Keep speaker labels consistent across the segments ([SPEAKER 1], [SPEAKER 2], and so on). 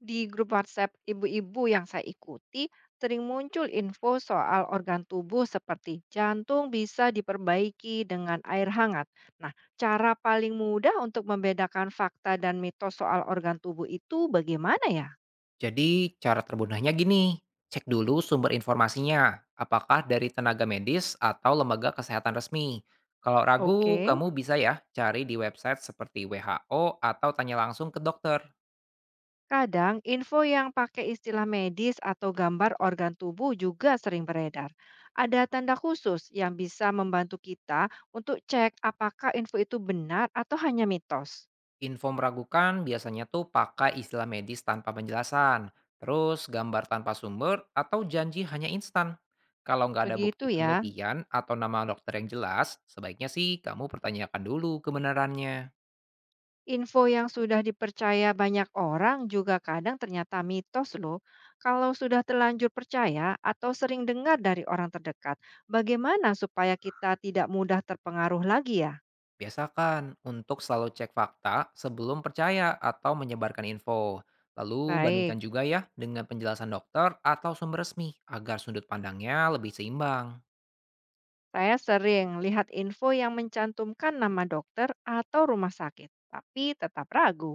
[SPEAKER 1] Di grup WhatsApp ibu-ibu yang saya ikuti, sering muncul info soal organ tubuh seperti jantung bisa diperbaiki dengan air hangat. Nah, cara paling mudah untuk membedakan fakta dan mitos soal organ tubuh itu bagaimana ya?
[SPEAKER 2] Jadi cara terbunuhnya gini, cek dulu sumber informasinya, apakah dari tenaga medis atau lembaga kesehatan resmi. Kalau ragu,
[SPEAKER 1] Oke.
[SPEAKER 2] kamu bisa ya cari di website seperti WHO atau tanya langsung ke dokter.
[SPEAKER 1] Kadang info yang pakai istilah medis atau gambar organ tubuh juga sering beredar. Ada tanda khusus yang bisa membantu kita untuk cek apakah info itu benar atau hanya mitos.
[SPEAKER 2] Info meragukan biasanya tuh pakai istilah medis tanpa penjelasan, terus gambar tanpa sumber atau janji hanya instan. Kalau nggak ada
[SPEAKER 1] Begitu
[SPEAKER 2] bukti
[SPEAKER 1] ya.
[SPEAKER 2] penelitian atau nama dokter yang jelas, sebaiknya sih kamu pertanyakan dulu kebenarannya.
[SPEAKER 1] Info yang sudah dipercaya banyak orang juga kadang ternyata mitos loh. Kalau sudah terlanjur percaya atau sering dengar dari orang terdekat, bagaimana supaya kita tidak mudah terpengaruh lagi ya?
[SPEAKER 2] Biasakan untuk selalu cek fakta sebelum percaya atau menyebarkan info. Lalu bandingkan
[SPEAKER 1] Baik,
[SPEAKER 2] juga ya dengan penjelasan dokter atau sumber resmi agar sudut pandangnya lebih seimbang.
[SPEAKER 1] saya sering lihat info yang mencantumkan nama dokter atau rumah sakit, tapi tetap ragu.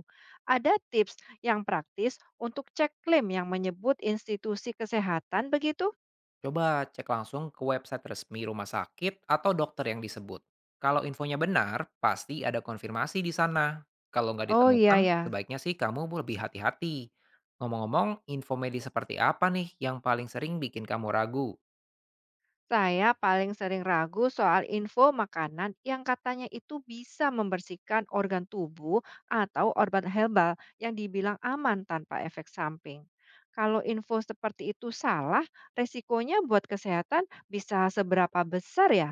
[SPEAKER 1] Ada tips yang praktis untuk cek klaim yang menyebut institusi kesehatan begitu?
[SPEAKER 2] Coba cek langsung ke website resmi rumah sakit atau dokter yang disebut. Kalau infonya benar, pasti ada konfirmasi di sana. Kalau nggak
[SPEAKER 1] Oh iya
[SPEAKER 2] ditemukan,
[SPEAKER 1] ya.
[SPEAKER 2] sebaiknya sih kamu lebih hati-hati. Ngomong-ngomong, info medis seperti apa nih yang paling sering bikin kamu ragu?
[SPEAKER 1] Saya paling sering ragu soal info makanan yang katanya itu bisa membersihkan organ tubuh atau obat herbal yang dibilang aman tanpa efek samping. Kalau info seperti itu salah, resikonya buat kesehatan bisa seberapa besar ya?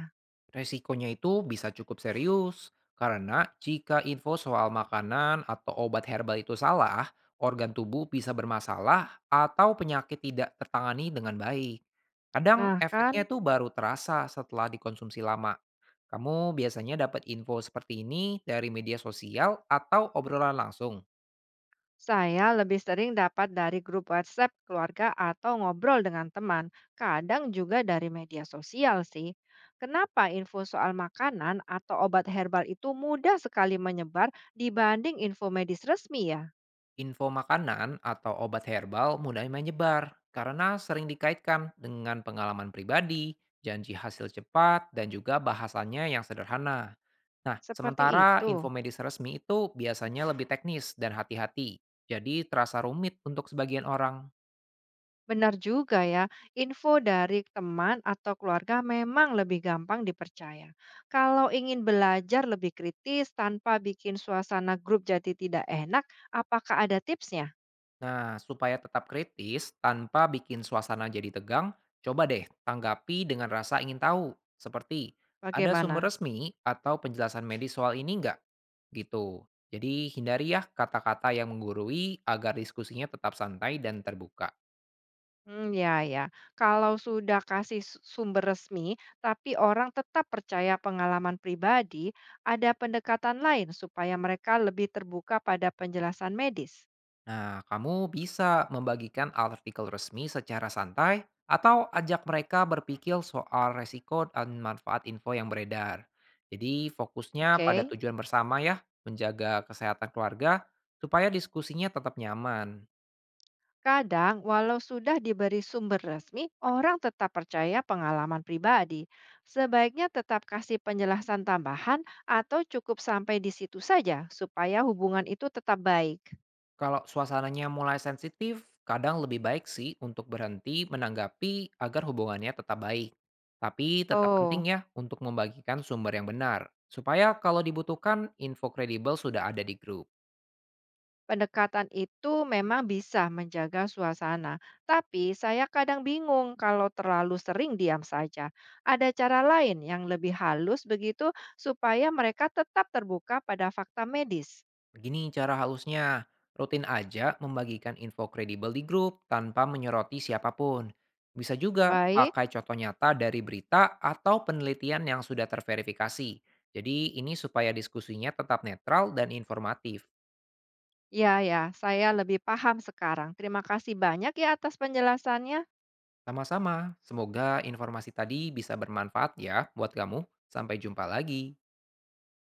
[SPEAKER 2] Resikonya itu bisa cukup serius, karena jika info soal makanan atau obat herbal itu salah, organ tubuh bisa bermasalah atau penyakit tidak tertangani dengan baik. Kadang
[SPEAKER 1] Nah kan.
[SPEAKER 2] efeknya itu baru terasa setelah dikonsumsi lama. Kamu biasanya dapat info seperti ini dari media sosial atau obrolan langsung.
[SPEAKER 1] Saya lebih sering dapat dari grup WhatsApp keluarga atau ngobrol dengan teman, kadang juga dari media sosial sih. Kenapa info soal makanan atau obat herbal itu mudah sekali menyebar dibanding info medis resmi ya?
[SPEAKER 2] Info makanan atau obat herbal mudah menyebar karena sering dikaitkan dengan pengalaman pribadi, janji hasil cepat, dan juga bahasanya yang sederhana. Nah,
[SPEAKER 1] Seperti
[SPEAKER 2] sementara
[SPEAKER 1] itu.
[SPEAKER 2] info medis resmi itu biasanya lebih teknis dan hati-hati, jadi terasa rumit untuk sebagian orang.
[SPEAKER 1] Benar juga ya, info dari teman atau keluarga memang lebih gampang dipercaya. Kalau ingin belajar lebih kritis tanpa bikin suasana grup jadi tidak enak, apakah ada tipsnya?
[SPEAKER 2] Nah, supaya tetap kritis tanpa bikin suasana jadi tegang, coba deh tanggapi dengan rasa ingin tahu. Seperti, ada sumber
[SPEAKER 1] Bagaimana?
[SPEAKER 2] resmi atau penjelasan medis soal ini nggak? Gitu. Jadi hindari ya kata-kata yang menggurui agar diskusinya tetap santai dan terbuka.
[SPEAKER 1] Ya ya. Kalau sudah kasih sumber resmi, tapi orang tetap percaya pengalaman pribadi, ada pendekatan lain supaya mereka lebih terbuka pada penjelasan medis.
[SPEAKER 2] Nah, kamu bisa membagikan artikel resmi secara santai atau ajak mereka berpikir soal resiko dan manfaat info yang beredar. Jadi fokusnya pada
[SPEAKER 1] Oke.
[SPEAKER 2] tujuan bersama ya, menjaga kesehatan keluarga supaya diskusinya tetap nyaman.
[SPEAKER 1] Kadang, walau sudah diberi sumber resmi, orang tetap percaya pengalaman pribadi. Sebaiknya tetap kasih penjelasan tambahan atau cukup sampai di situ saja supaya hubungan itu tetap baik?
[SPEAKER 2] Kalau suasananya mulai sensitif, kadang lebih baik sih untuk berhenti menanggapi agar hubungannya tetap baik. Tapi tetap penting
[SPEAKER 1] Oh.
[SPEAKER 2] ya untuk membagikan sumber yang benar, supaya kalau dibutuhkan info kredibel sudah ada di grup.
[SPEAKER 1] Pendekatan itu memang bisa menjaga suasana, tapi saya kadang bingung kalau terlalu sering diam saja. Ada cara lain yang lebih halus begitu supaya mereka tetap terbuka pada fakta medis.
[SPEAKER 2] Begini cara halusnya, rutin aja membagikan info kredibel di grup tanpa menyoroti siapapun. Bisa juga
[SPEAKER 1] Baik,
[SPEAKER 2] pakai contoh nyata dari berita atau penelitian yang sudah terverifikasi. Jadi ini supaya diskusinya tetap netral dan informatif.
[SPEAKER 1] ya ya, saya lebih paham sekarang. Terima kasih banyak ya atas penjelasannya.
[SPEAKER 2] Sama-sama, semoga informasi tadi bisa bermanfaat ya buat kamu. Sampai jumpa lagi.